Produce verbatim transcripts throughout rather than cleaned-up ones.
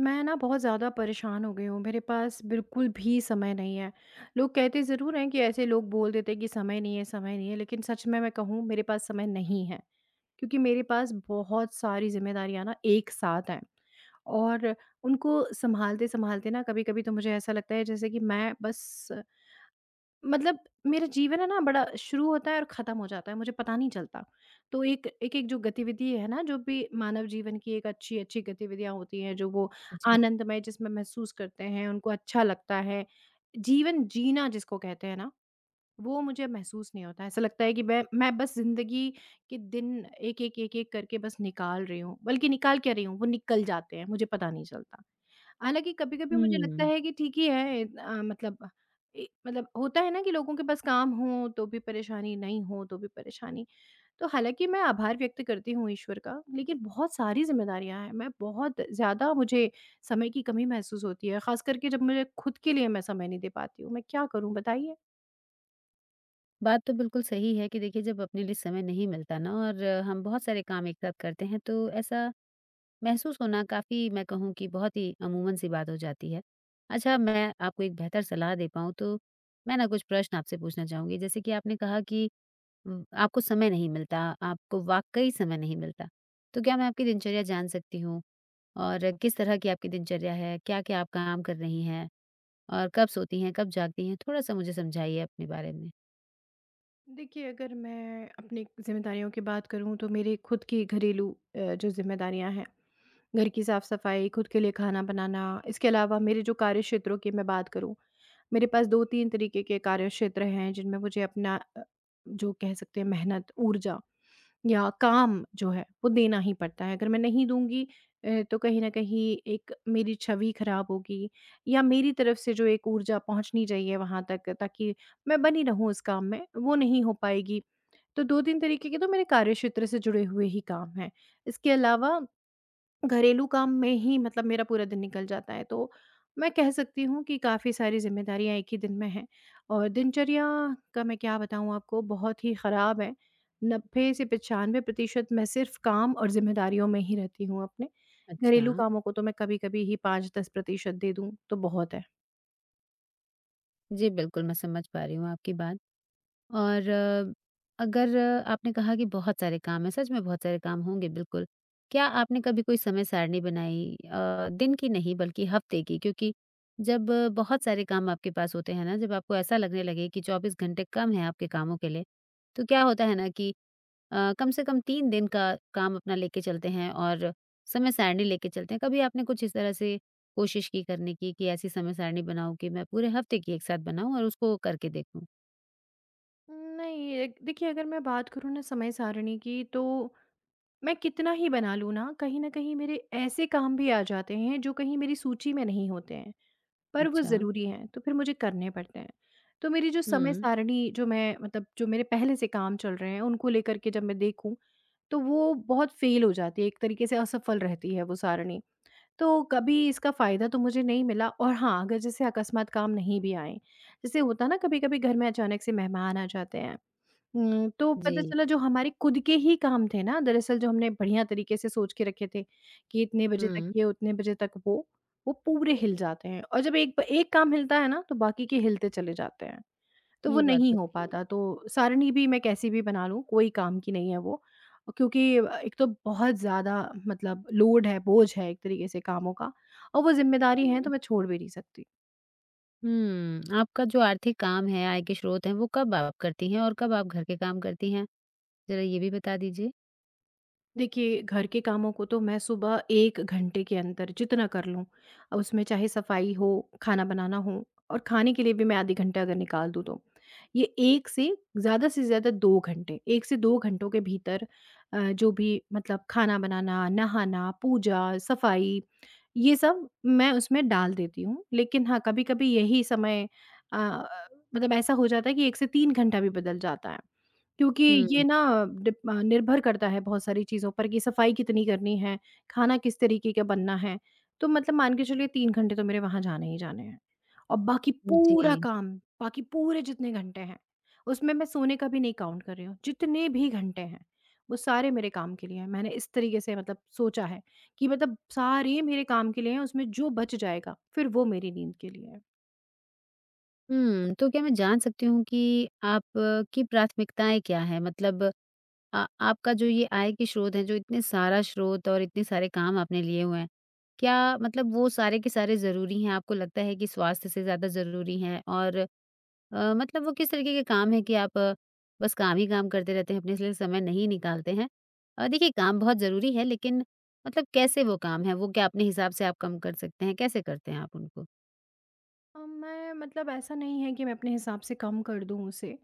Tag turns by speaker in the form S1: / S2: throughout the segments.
S1: मैं ना बहुत ज़्यादा परेशान हो गई हूँ, मेरे पास बिल्कुल भी समय नहीं है। लोग कहते ज़रूर हैं कि ऐसे लोग बोल देते हैं कि समय नहीं है, समय नहीं है, लेकिन सच में मैं कहूँ मेरे पास समय नहीं है। क्योंकि मेरे पास बहुत सारी जिम्मेदारियां ना एक साथ हैं और उनको संभालते संभालते ना, कभी कभी तो मुझे ऐसा लगता है जैसे कि मैं बस, मतलब, मेरा जीवन है ना बड़ा, शुरू होता है और ख़त्म हो जाता है, मुझे पता नहीं चलता। तो एक एक-एक जो गतिविधि है ना, जो भी मानव जीवन की एक अच्छी-अच्छी गतिविधियाँ होती हैं, जो वो
S2: जी,
S1: आनंदमय जिसमें महसूस करते हैं, उनको अच्छा लगता है। जीवन जीना जिसको कहते हैं ना, वो मुझे महसूस नहीं होता है। ऐसा लगता है कि मैं मैं बस ज़िंदगी के दिन एक-एक, एक-एक करके बस निकाल रही हूँ, बल्कि निकाल क्या रही हूँ, वो निकल जाते हैं, मुझे पता नहीं चलता। हालाँकि कभी-कभी मुझे लगता
S2: हुँ।
S1: है कि ठीक ही है, अ, मतलब ए मतलब होता है ना कि लोगों के पास काम हो तो भी परेशानी, नहीं हो तो भी परेशानी। तो हालाँकि मैं आभार व्यक्त करती हूँ ईश्वर का, लेकिन बहुत सारी ज़िम्मेदारियाँ हैं। मैं बहुत ज़्यादा मुझे समय की कमी महसूस होती है, ख़ास करके जब मुझे खुद के लिए मैं समय नहीं दे पाती हूँ। मैं क्या करूँ बताइए?
S2: बात तो बिल्कुल सही है कि देखिए जब अपने लिए समय नहीं मिलता ना और हम बहुत सारे काम एक साथ करते हैं तो ऐसा महसूस होना काफ़ी मैं कहूँ कि बहुत ही अमूमन सी बात हो जाती है। अच्छा मैं आपको एक बेहतर सलाह दे पाऊँ तो मैं ना कुछ प्रश्न आपसे पूछना चाहूँगी। जैसे कि आपने कहा कि उम, आपको समय नहीं मिलता, आपको वाक़ई समय नहीं मिलता। तो क्या मैं आपकी दिनचर्या जान सकती हूँ? और किस तरह की आपकी दिनचर्या है? क्या-क्या आप काम कर रही हैं? और कब सोती हैं, कब जागती हैं? थोड़ा-सा मुझे समझाइए अपने बारे में।
S1: देखिए, अगर मैं अपनी ज़िम्मेदारियों की बात करूँ तो मेरी खुद की घरेलू अ, जो ज़िम्मेदारियाँ हैं, घर की साफ-सफाई, खुद के लिए खाना बनाना, इसके अलावा मेरे जो कार्य क्षेत्रों की मैं बात करूँ, मेरे पास दो तीन तरीके के कार्य क्षेत्र हैं जिनमें मुझे अपना अ, जो कह सकते हैं मेहनत, ऊर्जा या काम जो है वो देना ही पड़ता है। अगर मैं नहीं दूँगी अ, तो कहीं न कहीं एक मेरी छवि खराब होगी या मेरी तरफ से जो एक ऊर्जा पहुँचनी चाहिए वहाँ तक, ताकि मैं बनी रहूँ उस काम में, वो नहीं हो पाएगी। तो दो तीन तरीके के तो मेरे कार्य क्षेत्र से जुड़े हुए ही काम हैं। इसके अलावा घरेलू काम में ही मतलब मेरा पूरा दिन निकल जाता है, तो मैं कह सकती हूँ कि काफ़ी सारी ज़िम्मेदारियाँ एक ही दिन में हैं और दिनचर्या का मैं क्या बताऊँ आपको, बहुत ही ख़राब है। नब्बे से पंचानवे प्रतिशत मैं सिर्फ़ काम और ज़िम्मेदारियों में ही रहती हूँ अपने।
S2: अच्छा।
S1: घरेलू कामों को तो मैं कभी-कभी ही पाँच-दस प्रतिशत दे दूँ, तो बहुत है।
S2: जी, बिल्कुल, मैं समझ पा रही हूँ आपकी बात और अ, अगर अ, आपने कहा कि बहुत सारे काम हैं, सच में बहुत सारे काम होंगे, बिल्कुल। क्या आपने कभी कोई समय सारणी बनाई अ, दिन की नहीं बल्कि हफ्ते की? क्योंकि जब अ, बहुत सारे काम आपके पास होते हैं ना, जब आपको ऐसा लगने लगे कि चौबीस घंटे कम हैं आपके कामों के लिए, तो क्या होता है ना कि अ, कम से कम तीन दिन का काम अपना लेके चलते हैं और समय सारणी लेके चलते हैं। कभी आपने कुछ इस तरह से कोशिश की करने की कि ऐसी समय सारणी बनाऊँ कि मैं पूरे हफ्ते की एक साथ बनाऊँ और उसको करके देखूँ?
S1: नहीं, एक देखिए, अगर मैं बात करूँ ना समय सारिणी की, तो मैं कितना ही बना लूँ ना, कहीं न कहीं मेरे ऐसे काम भी आ जाते हैं जो कहीं मेरी सूची में नहीं होते हैं। पर वो
S2: अच्छा।
S1: ज़रूरी हैं, तो फिर मुझे करने पड़ते हैं। तो मेरी जो समय
S2: हुँ।
S1: सारिणी, जो मैं मतलब जो मेरे पहले से काम चल रहे हैं, उनको लेकर के जब मैं देखूँ, तो वो बहुत फ़ेल हो जाती है, एक तरीके से असफल रहती है वो सारिणी। तो कभी इसका फ़ायदा तो मुझे नहीं मिला, और हाँ, अगर जैसे अकस्मात काम नहीं भी आए, जैसे होता है ना कभी-कभी घर में अचानक से मेहमान आ जाते हैं हुँ, तो
S2: जी।
S1: पता चला जो हमारे खुद के ही काम थे ना, दरअसल जो हमने बढ़िया तरीके से सोच के रखे थे कि इतने बजे तक
S2: हुँ।
S1: ये, उतने बजे तक वो, वो पूरे हिल जाते हैं और जब एक ब एक काम हिलता है ना, तो बाकी के हिलते चले जाते हैं। तो वो
S2: ये बात
S1: नहीं
S2: तो
S1: हो
S2: सही है।
S1: पाता, तो सारणी भी मैं कैसी भी बना लूँ कोई काम की नहीं है वो, क्योंकि अ, एक तो बहुत ज़्यादा, मतलब लोड है, बोझ है एक तरीके से कामों का और वो ज़िम्मेदारी है तो
S2: हुँ।
S1: मैं छोड़ भी नहीं सकती।
S2: हुँ, आपका जो आर्थिक काम है, आय के स्रोत हैं, वो कब आप करती हैं और कब आप घर के काम करती हैं? ज़रा ये भी बता दीजिए।
S1: देखिए, घर के कामों को तो मैं सुबह एक घंटे के अंदर जितना कर लूँ, उसमें चाहे सफाई हो, खाना बनाना हो और खाने के लिए भी मैं आधे घंटा अगर निकाल दूँ तो। ये एक से ज़्यादा से ज़्यादा दो घंटे, एक से दो घंटों के भीतर अ, जो भी मतलब खाना बनाना, नहाना, पूजा, सफाई, ये सब मैं उसमें डाल देती हूँ। लेकिन हाँ, कभी-कभी यही समय, अ, मतलब ऐसा हो जाता है कि एक से तीन घंटा भी बदल जाता है। क्योंकि ये
S2: हुँ।
S1: ना डिप अ, निर्भर करता है बहुत सारी चीज़ों पर कि सफाई कितनी करनी है, खाना किस तरीके का बनना है। तो मतलब मान के चलिए तीन घंटे तो मेरे वहाँ जाने ही जाने हैं और बाकी पूरा
S2: जी।
S1: काम, बाकी पूरे जितने घंटे हैं, उसमें मैं सोने का भी नहीं काउंट कर रही हूँ। जितने भी घंटे हैं, वो सारे मेरे काम के लिए हैं। मैंने इस तरीके से मतलब सोचा है कि मतलब सारे मेरे काम के लिए हैं, उसमें जो बच जाएगा, फिर वो मेरी नींद के लिए है।
S2: हुँ, तो क्या मैं जान सकती हूँ कि आपकी प्राथमिकताएँ क्या हैं? मतलब आ, आपका जो ये आय के स्रोत हैं, जो इतने सारा स्रोत और इतने सारे काम आपने लिए हुए हैं, क्या मतलब वो सारे के सारे ज़रूरी हैं? आपको लगता है कि स्वास्थ्य से ज़्यादा ज़रूरी हैं? और अ, मतलब वो किस तरीके के काम हैं कि आप अ, बस काम ही काम करते रहते हैं, अपने लिए समय नहीं निकालते हैं? अ, देखिए काम बहुत ज़रूरी है लेकिन मतलब कैसे वो काम है? वो क्या अपने हिसाब से आप कम कर सकते हैं? कैसे करते हैं आप उनको?
S1: अ, मैं मतलब ऐसा नहीं है कि मैं अपने हिसाब से कम कर दूं उसे।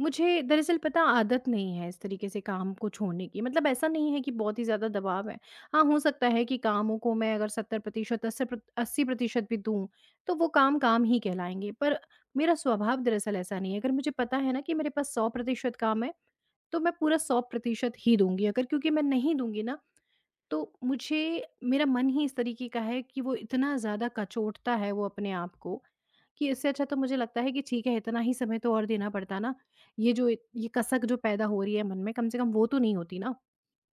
S1: मुझे दरअसल पता आदत नहीं है इस तरीके से काम को छोड़ने की। मतलब ऐसा नहीं है कि बहुत ही ज़्यादा दबाव है। हाँ, हो सकता है कि कामों को मैं अगर सत्तर प्रतिशत अस्सी प्रत अस्सी प्रतिशत भी दूँ, तो वो काम काम ही कहलाएँगे। पर मेरा स्वभाव दरअसल ऐसा नहीं है। अगर मुझे पता है ना कि मेरे पास सौ प्रतिशत काम है, तो मैं पूरा सौ प्रतिशत ही दूँगी। अगर क्योंकि मैं नहीं दूँगी ना, तो मुझे, मेरा मन ही इस तरीके का है कि वो इतना ज़्यादा कचोटता है वो अपने आप को कि इससे अच्छा तो मुझे लगता है कि ठीक है, इतना ही समय तो और देना पड़ता ना, ये जो ये कसक जो पैदा हो रही है मन में, कम से कम वो तो नहीं होती ना।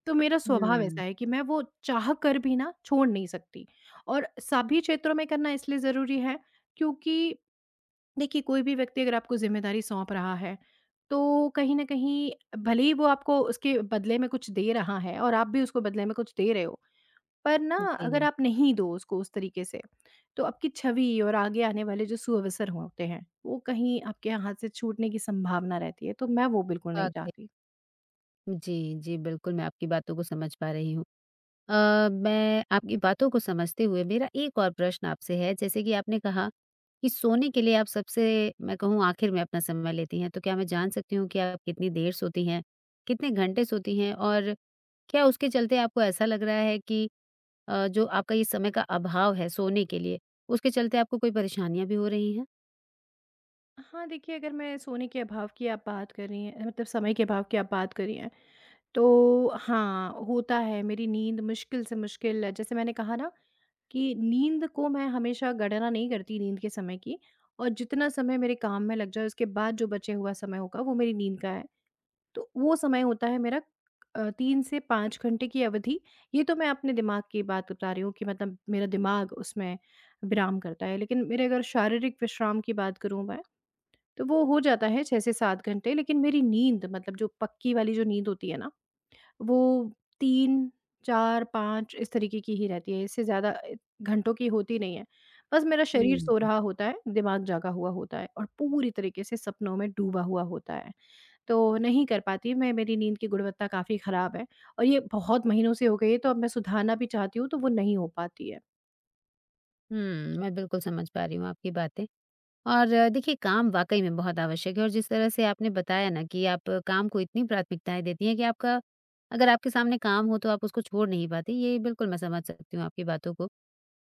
S1: तो मेरा स्वभाव
S2: हुँ।
S1: ऐसा है कि मैं वो चाह कर भी ना छोड़ नहीं सकती, और सभी क्षेत्रों में करना इसलिए ज़रूरी है, क्योंकि देखिए कोई भी व्यक्ति अगर आपको ज़िम्मेदारी सौंप रहा है, तो कहीं न कहीं, भले ही वो आपको उसके बदले में कुछ दे रहा है और आप भी उसको बदले में कुछ दे रहे हो, पर ना, अगर
S2: जी।
S1: आप नहीं दो उसको उस तरीके से, तो आपकी छवि और आगे आने वाले जो सुअवसर होते हैं, वो कहीं आपके हाथ से छूटने की संभावना रहती है, तो मैं वो बिल्कुल नहीं
S2: वाक़ई।
S1: चाहती।
S2: जी, जी, बिल्कुल मैं आपकी बातों को समझ पा रही हूँ। अ, मैं आपकी बातों को समझते हुए मेरा एक और प्रश्न आपसे है जैसे कि आपने कहा कि सोने के लिए आप सबसे मैं कहूँ आखिर में अपना समय लेती हैं, तो क्या मैं जान सकती हूँ कि आप कितनी देर सोती हैं? कितने घंटे सोती हैं? और क्या उसके चलते आपको ऐसा लग रहा है कि अ, जो आपका ये समय का अभाव है सोने के लिए, उसके चलते आपको कोई परेशानियाँ भी हो रही हैं?
S1: हाँ, देखिए अगर मैं सोने के अभाव की आप बात कर रही हैं, मतलब समय के अभाव की आप बात कर रही हैं, तो हाँ, होता है, मेरी नींद मुश्किल से मुश्किल, जैसे मैंने कहा ना कि नींद को मैं हमेशा गणना नहीं करती नींद के समय की, और जितना समय मेरे काम में लग जाए उसके बाद जो बचे हुआ समय होगा वो मेरी नींद का है। तो वो समय होता है मेरा अ, तीन से पाँच घंटे की अवधि। ये तो मैं अपने दिमाग की बात बता रही हूँ कि मतलब मेरा दिमाग उसमें विराम करता है। लेकिन मेरे अगर शारीरिक विश्राम की बात करूँ मैं, तो वो हो जाता है छह से सात घंटे। लेकिन मेरी नींद, मतलब जो पक्की वाली जो नींद होती है ना, वो तीन, चार, पाँच इस तरीके की ही रहती है। इससे ज़्यादा अ, घंटों की होती नहीं है। बस मेरा शरीर
S2: हुँ।
S1: सो रहा होता है, दिमाग जागा हुआ होता है और पूरी तरीके से सपनों में डूबा हुआ होता है। तो नहीं कर पाती मैं, मेरी नींद की गुणवत्ता काफ़ी ख़राब है और ये बहुत महीनों से हो गई है, तो अब मैं सुधारना भी चाहती हूँ तो वो नहीं हो पाती है।
S2: हुँ, मैं बिल्कुल समझ पा रही हूँ आपकी बातें। और अ, देखिए काम वाक़ई में बहुत आवश्यक है और जिस तरह से आपने बताया ना कि आप काम को इतनी प्राथमिकताएँ देती हैं कि आपका अगर आपके सामने काम हो तो आप उसको छोड़ नहीं पाती, ये बिल्कुल मैं समझ सकती हूँ आपकी बातों को।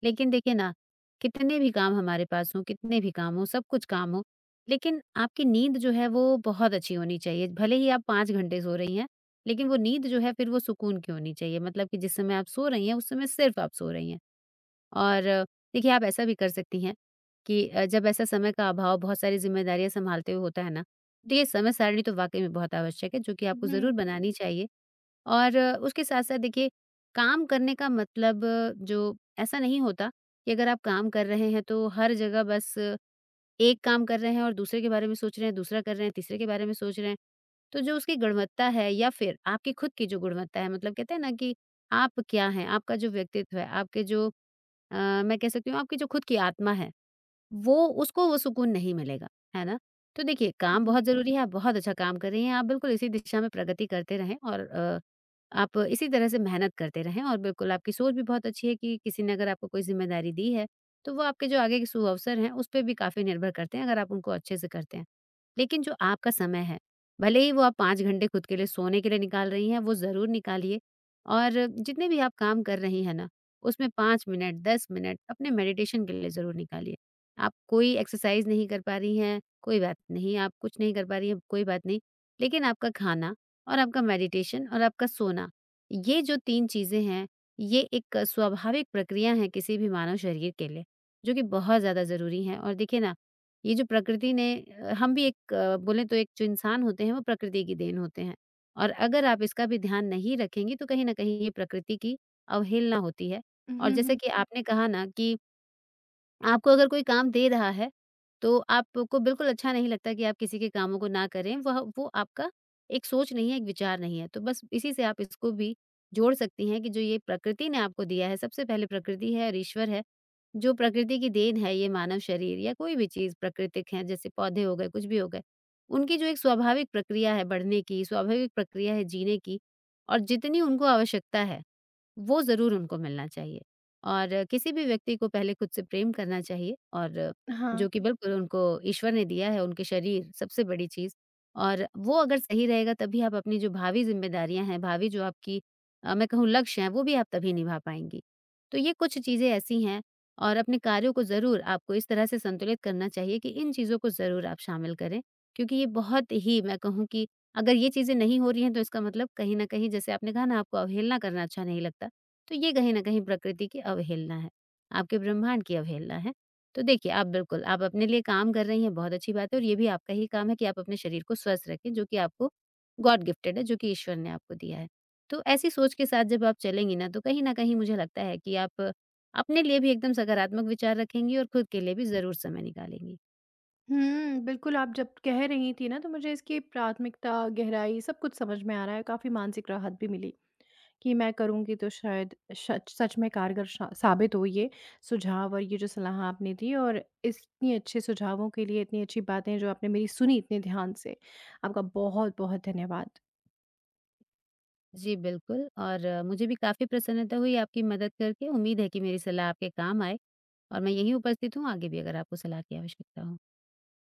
S2: लेकिन देखिए ना, कितने भी काम हमारे पास हों, कितने भी काम हों, सब कुछ काम हो, लेकिन आपकी नींद जो है वो बहुत अच्छी होनी चाहिए। भले ही आप पाँच घंटे सो रही हैं, लेकिन वो नींद जो है फिर वो सुकून की होनी चाहिए। मतलब कि जिस समय आप सो रही हैं, उस समय सिर्फ़ आप सो रही हैं। और देखिए, आप ऐसा भी कर सकती हैं कि अ, जब ऐसा समय का अभाव बहुत सारी ज़िम्मेदारियाँ संभालते हुए होता है ना, तो ये समय सारिणी तो वाक़ई में बहुत आवश्यक है, जो कि आपको ज़रूर
S1: हुँ,
S2: बनानी चाहिए और अ, उसके साथ-साथ देखिए, काम करने का मतलब अ, जो ऐसा नहीं होता कि अगर आप काम कर रहे हैं, तो हर जगह बस अ, एक काम कर रहे हैं और दूसरे के बारे में सोच रहे हैं, दूसरा कर रहे हैं, तीसरे के बारे में सोच रहे हैं। तो जो उसकी गुणवत्ता है या फिर आपकी खुद की जो गुणवत्ता है, मतलब कहते हैं ना कि आप क्या हैं, आपका जो व्यक्तित्व है, आपके जो अ, मैं कह सकती हूँ आपकी जो खुद की आत्मा है, वो उसको वो सुकून नहीं मिलेगा, है ना? तो देखिए काम
S1: जी।
S2: बहुत ज़रूरी है, आप बहुत अच्छा काम कर रही हैं, आप बिल्कुल इसी दिशा में प्रगति करते रहें और अ, आप इसी तरह से मेहनत करते रहें और बिल्कुल आपकी सोच भी बहुत अच्छी है कि किसी ने अगर आपको कोई ज़िम्मेदारी दी है, तो वो आपके जो आगे के सुअवसर हैं, उस पे भी काफ़ी निर्भर करते हैं अगर आप उनको अच्छे से करते हैं। लेकिन जो आपका समय है, भले ही वो आप पाँच घंटे खुद के लिए सोने के लिए निकाल रही हैं, वो ज़रूर निकालिए और जितने भी आप काम कर रही हैं ना, उसमें पाँच मिनट, दस मिनट अपने मेडिटेशन के लिए ज़रूर निकालिए। आप कोई एक्सरसाइज नहीं कर पा रही हैं, कोई बात नहीं, आप कुछ नहीं कर पा रही हैं, कोई बात नहीं। लेकिन आपका खाना और आपका मेडिटेशन और आपका सोना, ये जो तीन चीज़ें हैं, ये एक स्वाभाविक प्रक्रिया है किसी भी मानव शरीर के लिए, जो कि बहुत ज़्यादा ज़रूरी है। और देखिए ना, ये जो प्रकृति ने अ, हम भी एक अ, बोलें तो एक जो इंसान होते हैं, वो प्रकृति की देन होते हैं। और अगर आप इसका भी ध्यान नहीं रखेंगी, तो कहीं न कहीं ये प्रकृति की अवहेलना होती है।
S1: हुँ,
S2: और जैसे
S1: हुँ।
S2: कि आपने कहा ना कि आपको अगर कोई काम दे रहा है, तो आपको बिल्कुल अच्छा नहीं लगता कि आप किसी के कामों को ना करें। वह वो आपका एक सोच नहीं है, एक विचार नहीं है। तो बस इसी से आप इसको भी जोड़ सकती हैं कि जो ये प्रकृति ने आपको दिया है, सबसे पहले प्रकृति है और ईश्वर है। जो प्रकृति की देन है ये मानव शरीर या कोई भी चीज़ प्राकृतिक है, जैसे पौधे हो गए, कुछ भी हो गए। उनकी जो एक स्वाभाविक प्रक्रिया है बढ़ने की, स्वाभाविक प्रक्रिया है जीने की और जितनी उनको आवश्यकता है वो ज़रूर उनको मिलना चाहिए और किसी भी व्यक्ति को पहले खुद से प्रेम करना चाहिए और
S1: हाँ।
S2: जो कि बिल्कुल उनको ईश्वर ने दिया है, उनके शरीर सबसे बड़ी चीज़ और वो अगर सही रहेगा तभी आप अपनी जो भावी ज़िम्मेदारियाँ हैं, भावी जो आपकी अ, मैं कहूँ लक्ष्य हैं, वो भी आप तभी निभा पाएँगी। तो ये कुछ चीज़ें ऐसी हैं और अपने कार्यों को ज़रूर आपको इस तरह से संतुलित करना चाहिए कि इन चीज़ों को ज़रूर आप शामिल करें, क्योंकि ये बहुत ही मैं कहूँ कि अगर ये चीज़ें नहीं हो रही हैं, तो इसका मतलब कहीं न कहीं जैसे आपने कहा ना आपको अवहेलना करना अच्छा नहीं लगता। तो ये कहीं न कहीं प्रकृति की अवहेलना है, आपके ब्रह्मांड की अवहेलना है। तो देखिए, आप बिल्कुल आप अपने लिए काम कर रही हैं, बहुत अच्छी बात है और ये भी आपका ही काम है कि आप अपने शरीर को स्वस्थ रखें, जो कि आपको गॉड गिफ्टेड है, जो कि ईश्वर ने आपको दिया है। तो ऐसी सोच के साथ जब आप चलेंगी ना, तो कहीं न कहीं मुझे लगता है कि आप अपने लिए भी एकदम सकारात्मक विचार रखेंगी और खुद के लिए भी ज़रूर समय निकालेंगी।
S1: हुँ, बिल्कुल, आप जब कह रही थी ना तो मुझे इसकी प्राथमिकता, गहराई सब कुछ समझ में आ रहा है, काफ़ी मानसिक राहत भी मिली कि मैं करूँगी तो शायद सच सच में कारगर शा साबित हो ये सुझाव और ये जो सलाह आपने दी, और इतनी अच्छे सुझावों के लिए, इतनी अच्छी बातें जो आपने मेरी सुनी इतने ध्यान से, आपका बहुत-बहुत धन्यवाद।
S2: जी, बिल्कुल और अ, मुझे भी काफ़ी प्रसन्नता हुई आपकी मदद करके। उम्मीद है कि मेरी सलाह आपके काम आए और मैं यहीं उपस्थित हूँ, आगे भी अगर आपको सलाह की आवश्यकता हो।